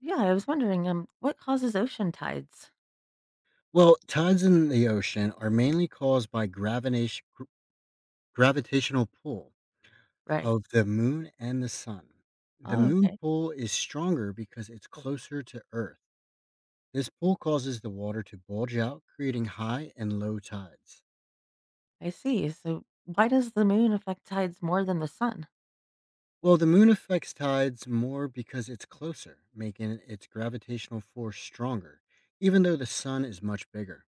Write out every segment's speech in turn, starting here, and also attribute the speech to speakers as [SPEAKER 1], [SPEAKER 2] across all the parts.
[SPEAKER 1] Yeah, I was wondering, what causes ocean tides?
[SPEAKER 2] Well, tides in the ocean are mainly caused by gravitational pull
[SPEAKER 1] Right.
[SPEAKER 2] of the moon and the sun. The
[SPEAKER 1] Oh,
[SPEAKER 2] moon
[SPEAKER 1] okay.
[SPEAKER 2] pull is stronger because it's closer to Earth. This pull causes the water to bulge out, creating high and low tides.
[SPEAKER 1] I see. So why does the moon affect tides more than the sun?
[SPEAKER 2] Well, the moon affects tides more because it's closer, making its gravitational force stronger, even though the sun is much bigger.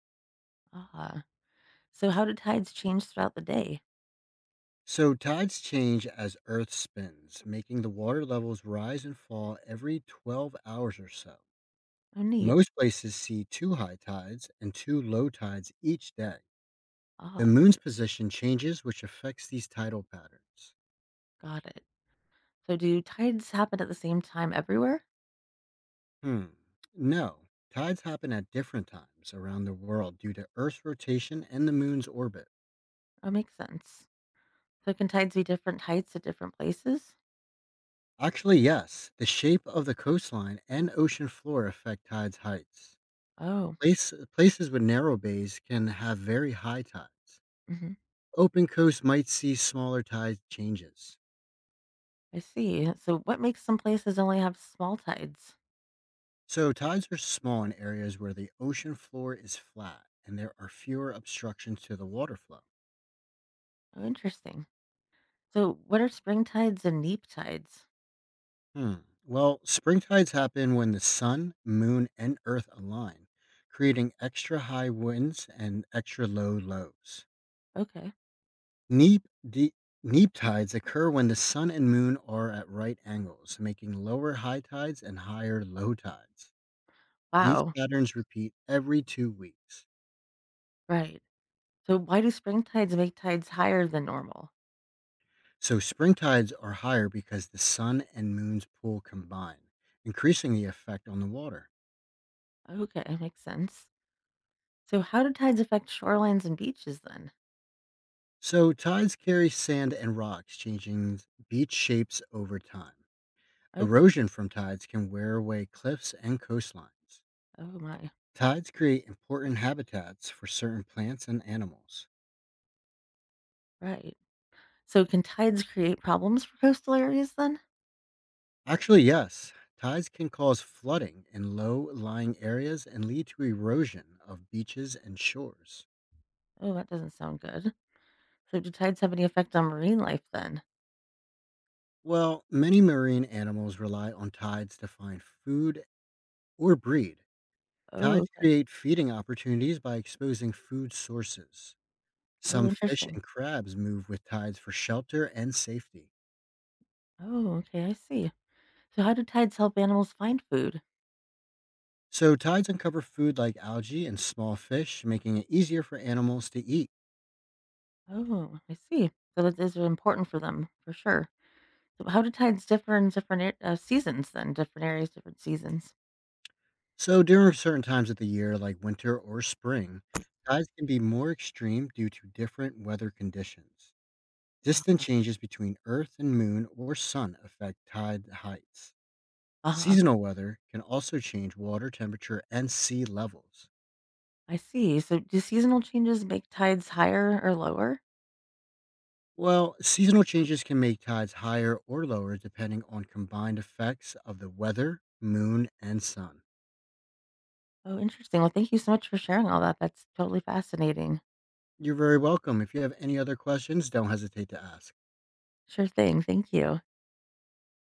[SPEAKER 1] Ah. So how do tides change throughout the day?
[SPEAKER 2] So tides change as Earth spins, making the water levels rise and fall every 12 hours or so.
[SPEAKER 1] Oh, neat.
[SPEAKER 2] Most places see two high tides and two low tides each day. The
[SPEAKER 1] Ah,
[SPEAKER 2] moon's position changes, which affects these tidal patterns.
[SPEAKER 1] got it. So do tides happen at the same time everywhere?
[SPEAKER 2] Hmm. No, tides happen at different times around the world due to Earth's rotation and the moon's orbit.
[SPEAKER 1] Oh, makes sense. So can tides be different heights at different places?
[SPEAKER 2] Actually, yes, the shape of the coastline and ocean floor affect tides' heights.
[SPEAKER 1] Oh,
[SPEAKER 2] Places with narrow bays can have very high tides.
[SPEAKER 1] hmm.
[SPEAKER 2] Open coasts might see smaller tide changes.
[SPEAKER 1] I see. So what makes some places only have small tides?
[SPEAKER 2] So tides are small in areas where the ocean floor is flat and there are fewer obstructions to the water flow.
[SPEAKER 1] Oh, interesting. So what are spring tides and neap tides?
[SPEAKER 2] Hmm. Well, spring tides happen when the sun, moon, and earth align, creating extra high winds and extra low lows.
[SPEAKER 1] Okay.
[SPEAKER 2] Neap, de- Neap tides occur when the sun and moon are at right angles, making lower high tides and higher low tides. These
[SPEAKER 1] Wow.
[SPEAKER 2] patterns repeat every 2 weeks.
[SPEAKER 1] Right. So why do spring tides make tides higher than normal?
[SPEAKER 2] So spring tides are higher because the sun and moon's pull combine, increasing the effect on the water.
[SPEAKER 1] Okay, makes sense. So how do tides affect shorelines and beaches then?
[SPEAKER 2] So tides carry sand and rocks, changing beach shapes over time.
[SPEAKER 1] Okay.
[SPEAKER 2] Erosion from tides can wear away cliffs and coastlines.
[SPEAKER 1] Oh my.
[SPEAKER 2] Tides create important habitats for certain plants and animals.
[SPEAKER 1] Right. So can tides create problems for coastal areas then?
[SPEAKER 2] Actually, yes, tides can cause flooding in low lying areas and lead to erosion of beaches and shores.
[SPEAKER 1] Oh, that doesn't sound good. So do tides have any effect on marine life then?
[SPEAKER 2] Well, many marine animals rely on tides to find food or breed.
[SPEAKER 1] Oh,
[SPEAKER 2] Tides
[SPEAKER 1] okay.
[SPEAKER 2] create feeding opportunities by exposing food sources.
[SPEAKER 1] Oh,
[SPEAKER 2] Some fish
[SPEAKER 1] interesting.
[SPEAKER 2] and crabs move with tides for shelter and safety.
[SPEAKER 1] Oh, okay, I see. So how do tides help animals find food?
[SPEAKER 2] So, tides uncover food like algae and small fish, making it easier for animals to eat.
[SPEAKER 1] Oh, I see. So that is important for them for sure. So how do tides differ in different seasons then? Different areas, different seasons.
[SPEAKER 2] So, during certain times of the year, like winter or spring, tides can be more extreme due to different weather conditions. Distant changes between Earth and Moon or Sun affect tide heights.
[SPEAKER 1] Uh huh.
[SPEAKER 2] Seasonal weather can also change water temperature and sea levels.
[SPEAKER 1] I see. So do seasonal changes make tides higher or lower?
[SPEAKER 2] Well, seasonal changes can make tides higher or lower depending on combined effects of the weather, moon, and sun.
[SPEAKER 1] Oh, interesting. Well, thank you so much for sharing all that. That's totally fascinating.
[SPEAKER 2] You're very welcome. If you have any other questions, don't hesitate to ask.
[SPEAKER 1] Sure thing. Thank you.